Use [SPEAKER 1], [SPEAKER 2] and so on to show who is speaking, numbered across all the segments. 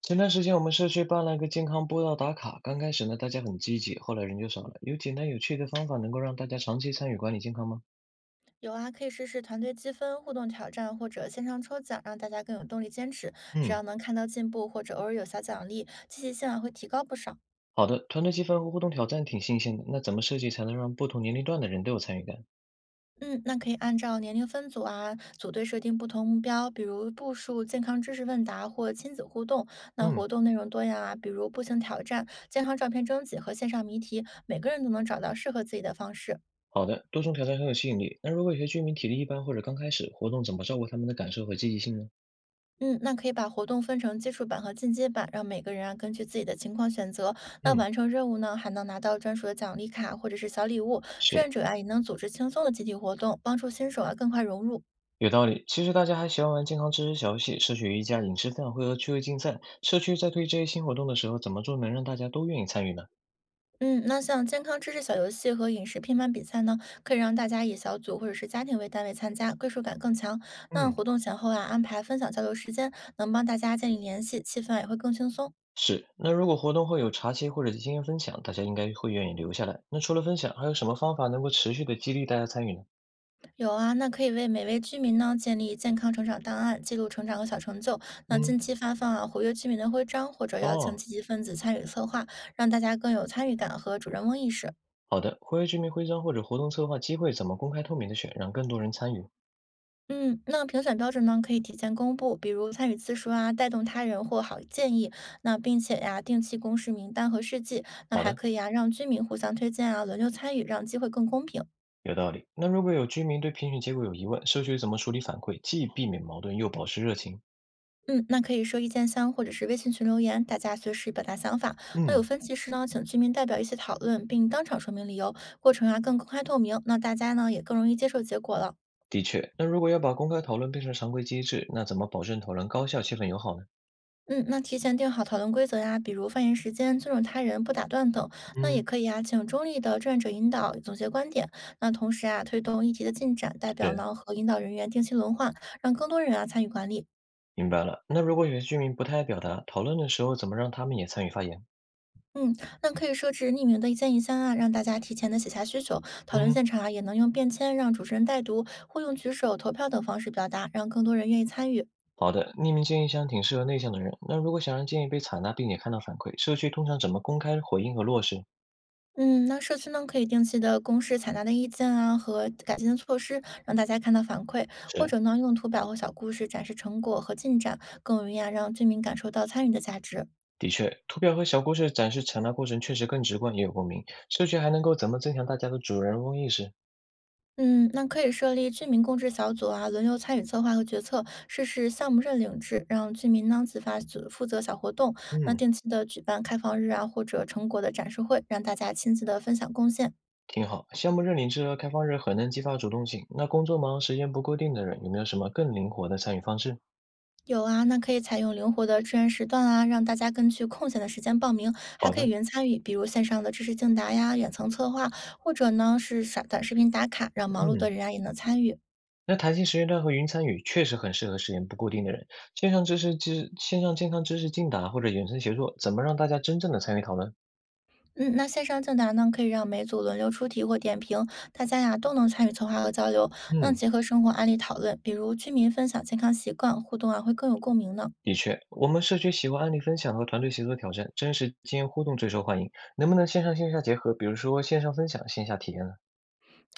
[SPEAKER 1] 前段时间我们社区办了个健康步道打卡，刚开始呢大家很积极，后来人就少了。有简单有趣的方法能够让大家长期参与管理健康吗？
[SPEAKER 2] 有啊，可以试试团队积分、互动挑战或者线上抽奖，让大家更有动力坚持。只要
[SPEAKER 1] 嗯，
[SPEAKER 2] 能看到进步，或者偶尔有小奖励，积极性啊会提高不少。
[SPEAKER 1] 好的，团队积分和互动挑战挺新鲜的，那怎么设计才能让不同年龄段的人都有参与感？
[SPEAKER 2] 嗯，那可以按照年龄分组啊，组队设定不同目标，比如步数、健康知识问答或亲子互动。那
[SPEAKER 1] 嗯，
[SPEAKER 2] 活动内容多样啊，比如步行挑战、健康照片征集和线上谜题，每个人都能找到适合自己的方式。
[SPEAKER 1] 好的，多重挑战很有吸引力。那如果有些居民体力一般或者刚开始，活动怎么照顾他们的感受和积极性呢？
[SPEAKER 2] 嗯，那可以把活动分成基础版和进阶版，让每个人啊根据自己的情况选择。那
[SPEAKER 1] 嗯，
[SPEAKER 2] 完成任务呢，还能拿到专属的奖励卡或者是小礼物。志愿
[SPEAKER 1] 是，
[SPEAKER 2] 者啊也能组织轻松的集体活动，帮助新手啊更快融入。
[SPEAKER 1] 有道理。其实大家还喜欢玩健康知识小游戏、社区瑜伽、饮食分享会和趣味竞赛。社区在推这些新活动的时候，怎么做能让大家都愿意参与呢？
[SPEAKER 2] 嗯，那像健康知识小游戏和饮食拼盘比赛呢，可以让大家以小组或者是家庭为单位参加，归属感更强。那
[SPEAKER 1] 嗯。
[SPEAKER 2] 活动前后啊，安排分享交流时间，能帮大家建立联系，气氛啊也会更轻松。
[SPEAKER 1] 是，那如果活动会有茶歇或者经验分享，大家应该会愿意留下来。那除了分享，还有什么方法能够持续的激励大家参与呢？
[SPEAKER 2] 有啊，那可以为每位居民呢建立健康成长档案，记录成长和小成就。那近
[SPEAKER 1] 嗯，
[SPEAKER 2] 期发放啊活跃居民的徽章，或者邀请
[SPEAKER 1] 哦，
[SPEAKER 2] 积极分子参与策划，让大家更有参与感和主人翁意识。
[SPEAKER 1] 好的，活跃居民徽章或者活动策划机会怎么公开透明的选，让更多人参与？
[SPEAKER 2] 嗯，那评选标准呢可以提前公布，比如参与次数啊、带动他人或好建议。那并且呀、定期公示名单和事迹。那
[SPEAKER 1] 好
[SPEAKER 2] 还
[SPEAKER 1] 的，
[SPEAKER 2] 可以啊，让居民互相推荐啊，轮流参与，让机会更公平。
[SPEAKER 1] 有道理。那如果有居民对评选结果有疑问，社区怎么处理反馈，既避免矛盾又保持热情？
[SPEAKER 2] 嗯，那可以说意见箱或者是微信群留言，大家随时表达想法。那有
[SPEAKER 1] 嗯，
[SPEAKER 2] 分歧时呢，请居民代表一起讨论，并当场说明理由，过程啊更公开透明，那大家呢也更容易接受结果了。
[SPEAKER 1] 的确。那如果要把公开讨论变成常规机制，那怎么保证讨论高效、气氛友好呢？
[SPEAKER 2] 嗯，那提前定好讨论规则呀，比如发言时间、尊重他人、不打断等。那也
[SPEAKER 1] 嗯，
[SPEAKER 2] 可以啊，请中立的志愿者引导总结观点。那同时啊，推动议题的进展，代表
[SPEAKER 1] 是，
[SPEAKER 2] 呢和引导人员定期轮换，让更多人啊参与管理。
[SPEAKER 1] 明白了。那如果有些居民不太爱表达，讨论的时候怎么让他们也参与发言？
[SPEAKER 2] 嗯，那可以设置匿名的建议箱啊，让大家提前的写下需求，讨论
[SPEAKER 1] 嗯，
[SPEAKER 2] 现场啊，也能用便签让主持人代读，或用举手、投票等方式表达，让更多人愿意参与。
[SPEAKER 1] 好的，匿名建议箱挺适合内向的人。那如果想让建议被采纳并且看到反馈，社区通常怎么公开回应和落实？
[SPEAKER 2] 嗯，那社区呢可以定期的公示采纳的意见啊和改进的措施，让大家看到反馈，或
[SPEAKER 1] 是，
[SPEAKER 2] 者呢用图表或小故事展示成果和进展，更容易啊让居民感受到参与的价值。
[SPEAKER 1] 的确，图表和小故事展示采纳过程确实更直观，也有共鸣。社区还能够怎么增强大家的主人翁意识？
[SPEAKER 2] 嗯，那可以设立居民共治小组啊，轮流参与策划和决策，试试项目认领制，让居民呢自发组负责小活动。那
[SPEAKER 1] 嗯，
[SPEAKER 2] 定期的举办开放日啊，或者成果的展示会，让大家亲自的分享贡献。
[SPEAKER 1] 挺好。项目认领制和开放日很能激发主动性。那工作忙、时间不固定的人，有没有什么更灵活的参与方式？
[SPEAKER 2] 有啊，那可以采用灵活的志愿时段啊，让大家根据空闲的时间报名，还
[SPEAKER 1] 好
[SPEAKER 2] 可以
[SPEAKER 1] 的，
[SPEAKER 2] 云参与，比如线上的知识竞答呀、远程策划，或者呢是短短视频打卡，让忙碌的
[SPEAKER 1] 嗯。
[SPEAKER 2] 人啊也能参与。
[SPEAKER 1] 那弹性实验站和云参与确实很适合时间不固定的人。线上健康知识竞答或者远程协作，怎么让大家真正的参与讨论？
[SPEAKER 2] 嗯，那线上竞答呢，可以让每组轮流出题或点评，大家呀都能参与策划和交流。那
[SPEAKER 1] 嗯，
[SPEAKER 2] 结合生活案例讨论，比如居民分享健康习惯，互动啊会更有共鸣呢。
[SPEAKER 1] 的确，我们社区喜欢案例分享和团队协作挑战，真实经验互动最受欢迎。能不能线上线下结合？比如说线上分享，线下体验呢？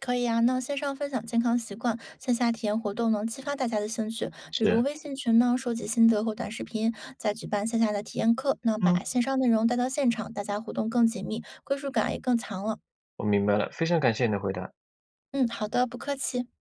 [SPEAKER 2] 可以啊，那线上分享健康习惯，线下体验活动能激发大家的兴趣，比如
[SPEAKER 1] 是，
[SPEAKER 2] 微信群呢收集心得或短视频，再举办线下的体验课，那把
[SPEAKER 1] 嗯，
[SPEAKER 2] 线上内容带到现场，大家互动更紧密，归属感也更强了。
[SPEAKER 1] 我明白了，非常感谢你的回答。
[SPEAKER 2] 嗯，好的，不客气。